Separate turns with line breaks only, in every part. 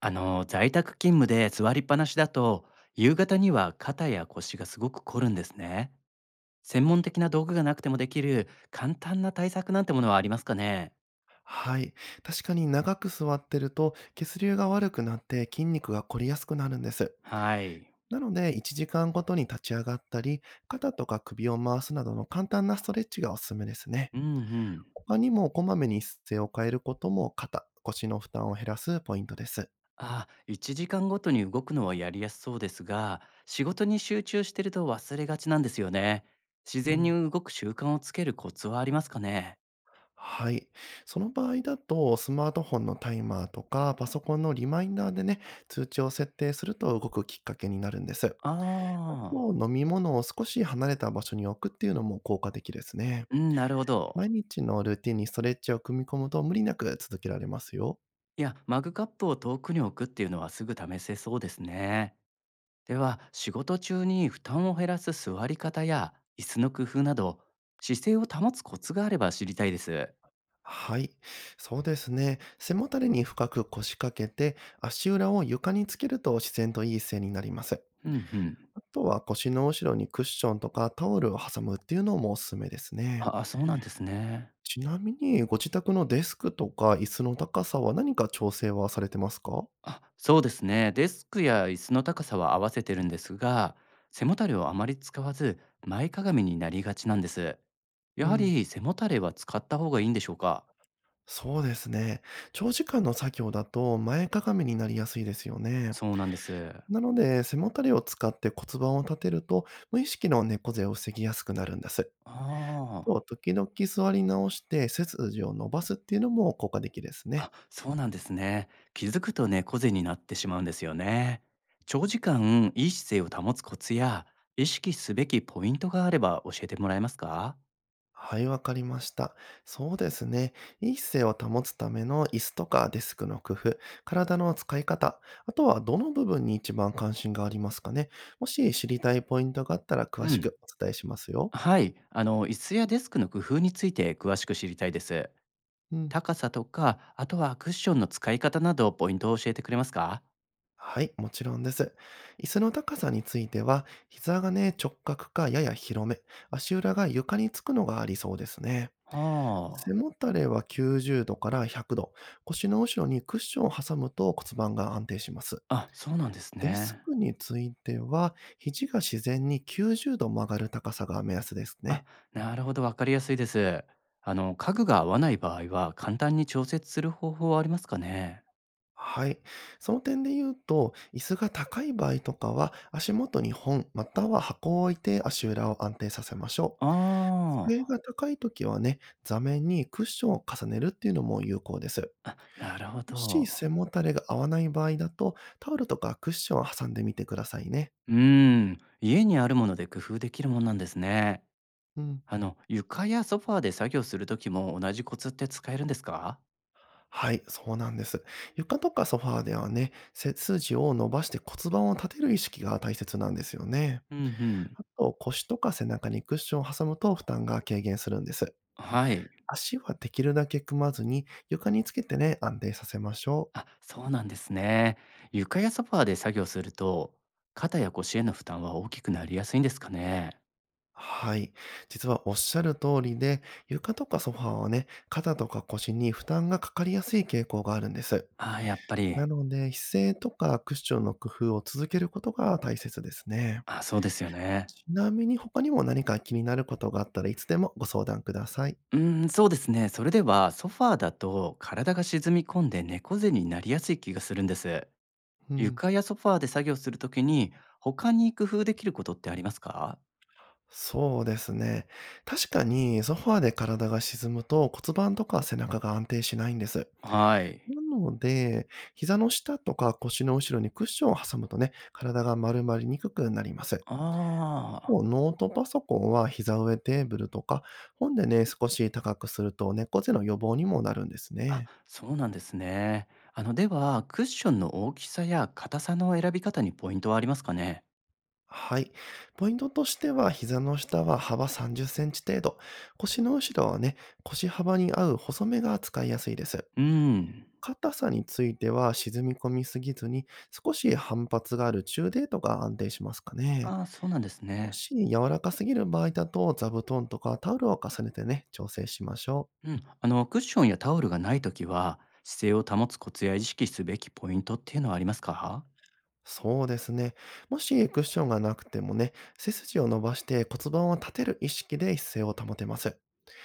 在宅勤務で座りっぱなしだと、夕方には肩や腰がすごく凝るんですね。専門的な道具がなくてもできる簡単な対策なんてものはありますかね？
はい。確かに長く座ってると血流が悪くなって筋肉が凝りやすくなるんです。
はい。
なので1時間ごとに立ち上がったり、肩とか首を回すなどの簡単なストレッチがおすすめですね。
うんうん。
他にもこまめに姿勢を変えることも肩、腰の負担を減らすポイントです。
あ、1時間ごとに動くのはやりやすそうですが、仕事に集中してると忘れがちなんですよね。自
う
然に
ん。
動く習慣をつけるコツはありますかね？
はい。その場合だと、スマートフォンのタイマーとか、パソコンのリマインダーでね、通知を設定すると動くきっかけになるんです。あ
ああ、
と、飲み物を少し離れた場所に置くっていうのも効果的ですね。
うん、なるほど。
毎日のルーティンにストレッチを組み込むと無理なく続けられますよ。
いや、マグカップを遠くに置くっていうのはすぐ試せそうですね。では、仕事中に負担を減らす座り方や椅子の工夫など、姿勢を保つコツがあれば知りたいです。
はい。そうですね。背もたれに深く腰掛けて、足裏を床につけると自然といい姿勢になります。
うんうん。
あとは腰の後ろにクッションとかタオルを挟むっていうのもおすすめですね。
ああ、そうなんですね。
ちなみに、ご自宅のデスクとか椅子の高さは何か調整はされてますか？
あ、そうですね。デスクや椅子の高さは合わせてるんですが、背もたれをあまり使わず、前かがみになりがちなんです。
う
やは
ん。
り背もたれは使った方がいいんでしょうか？
そうですね。長時間の作業だと前かがみになりやすいですよね。
そうなんです。
なので、背もたれを使って骨盤を立てると、無意識の猫背を防ぎやすくなるんです。
あ
と、
あ。
時々座り直して背筋を伸ばすっていうのも効果的ですね。
あ、そうなんですね。気づくと猫背になってしまうんですよね。長時間いい姿勢を保つコツや意識すべきポイントがあれば教えてもらえますか？
はい、わかりました。そうですね。いい姿勢を保つための椅子とかデスクの工夫、体の使い方、あとはどの部分に一番関心がありますかね。もし知りたいポイントがあったら
う
詳し
ん。
くお伝えしますよ。
はい。椅子やデスクの工夫について詳しく知りたいです。
うん。
高さとか、あとはクッションの使い方などポイントを教えてくれますか？
はい、もちろんです。椅子の高さについては、膝がね、直角かやや広め、足裏が床につくのがありそうですね。
は
背
あ。
もたれは90度から100度、腰の後ろにクッションを挟むと骨盤が安定します。
あ、そうなんです
デス
ね。
クについては、肘が自然に90度曲がる高さが目安です
あ、
ね。
なるほど。わかりやすいです。家具が合わない場合は簡単に調節する方法はありますかね？
はい。その点で言うと、椅子が高い場合とかは、足元に本または箱を置いて足裏を安定させましょ
あ
う。机
あ、
が高い時はね、座面にクッションを重ねるっていうのも有効です。
なるほ
もし
ど。
背もたれが合わない場合だと、タオルとかクッションを挟んでみてくださいね。
うーん、家にあるもので工夫できるもんなんですね。
うん。
床やソファーで作業するときも同じコツって使えるんですか？
はい、そうなんです。床とかソファーではね、背筋を伸ばして骨盤を立てる意識が大切なんですよね。
うんうん。
あと、腰とか背中にクッションを挟むと負担が軽減するんです。
はい。
足はできるだけ組まずに床につけてね、安定させましょ
あ、
う。
そうなんですね。床やソファーで作業すると、肩や腰への負担は大きくなりやすいんですかね。
はい。実はおっしゃる通りで、床とかソファーはね、肩とか腰に負担がかかりやすい傾向があるんです。
ああ、やっぱり。
なので、姿勢とかクッションの工夫を続けることが大切ですね。
あ、そうですよね。
ちなみに他にも何か気になることがあったらいつでもご相談ください。
うーん、そうですね。それでは、ソファーだと体が沈み込んで猫背になりやすい気がするんです。
うん。
床やソファーで作業するときに、他に工夫できることってありますか？
そうですね。確かにソファーで体が沈むと骨盤とか背中が安定しないんです。
はい。
なので、膝の下とか腰の後ろにクッションを挟むとね、体が丸まりにくくなります。
あ
もうノートパソコンは膝上テーブルとか、本でね、少し高くすると猫背の予防にもなるんです
あ、あ、
ね。
そうなんですね。あの、では、クッションの大きさや硬さの選び方にポイントはありますかね？
はい。ポイントとしては、膝の下は幅30センチ程度、腰の後ろはね、腰幅に合う細めが使いやすいです。
うん。
硬さについては沈み込みすぎずに、少し反発がある中程度が安定しますかね。
ああ、そうなんです
も
ね。
し柔らかすぎる場合だと、座布団とかタオルを重ねてね、調整しましょう。
うん、クッションやタオルがないときは、姿勢を保つコツや意識すべきポイントっていうのはありますか？
そうですね。もしクッションがなくてもね、背筋を伸ばして骨盤を立てる意識で姿勢を保てます。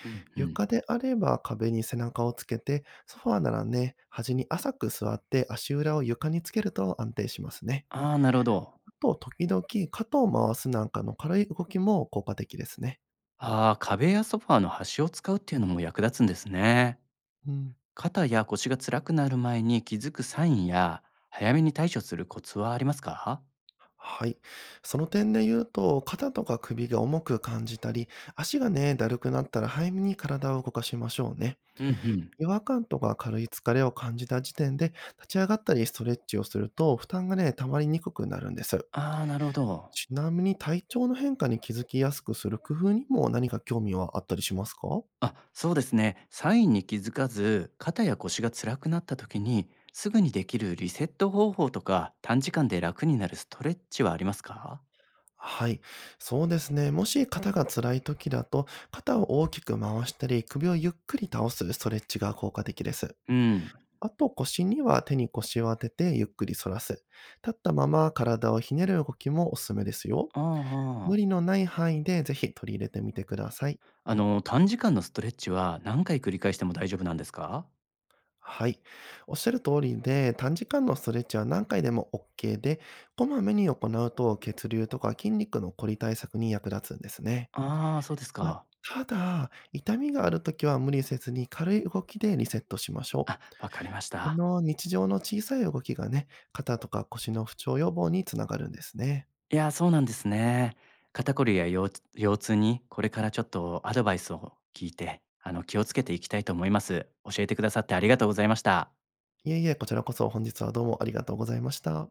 うんうん。
床であれば壁に背中をつけて、ソファーならね、端に浅く座って足裏を床につけると安定しますね。
ああ、なるほど。
あと、時々肩を回すなんかの軽い動きも効果的ですね。
ああ、壁やソファーの端を使うっていうのも役立つんですね。
うん。
肩や腰が辛くなる前に気づくサインや、早めに対処するコツはありますか？
はい。その点で言うと、肩とか首が重く感じたり、足がね、だるくなったら早めに体を動かしましょうね。
うんうん。
違和感とか軽い疲れを感じた時点で、立ち上がったりストレッチをすると、負担がね、溜まりにくくなるんです。
ああ、なるほど。
ちなみに体調の変化に気づきやすくする工夫にも何か興味はあったりしますか？
あ、そうですね。サインに気づかず、肩や腰が辛くなった時に、すぐにできるリセット方法とか、短時間で楽になるストレッチはありますか？
はい、そうですね。もし肩が辛い時だと、肩を大きく回したり、首をゆっくり倒すストレッチが効果的です。
うん。
あと腰には手に腰を当ててゆっくり反らす。立ったまま体をひねる動きもおすすめですよ。
あああ
無理
あ。
のない範囲でぜひ取り入れてみてください。
短時間のストレッチは何回繰り返しても大丈夫なんですか？
はい。おっしゃる通りで、短時間のストレッチは何回でも OK で、こまめに行うと血流とか筋肉の凝り対策に役立つんですね。
ああ、そうです
まあ、
か。
ただ、痛みがあるときは無理せずに軽い動きでリセットしましょ
あ、
う。
わかりまし
こ
た。
の日常の小さい動きがね、肩とか腰の不調予防につながるんですね。
いやー、そうなんですね。肩こりや腰痛にこれからちょっとアドバイスを聞いて、気をつけていきたいと思います。教えてくださってありがとうございました。
いえいえ、こちらこそ本日はどうもありがとうございました。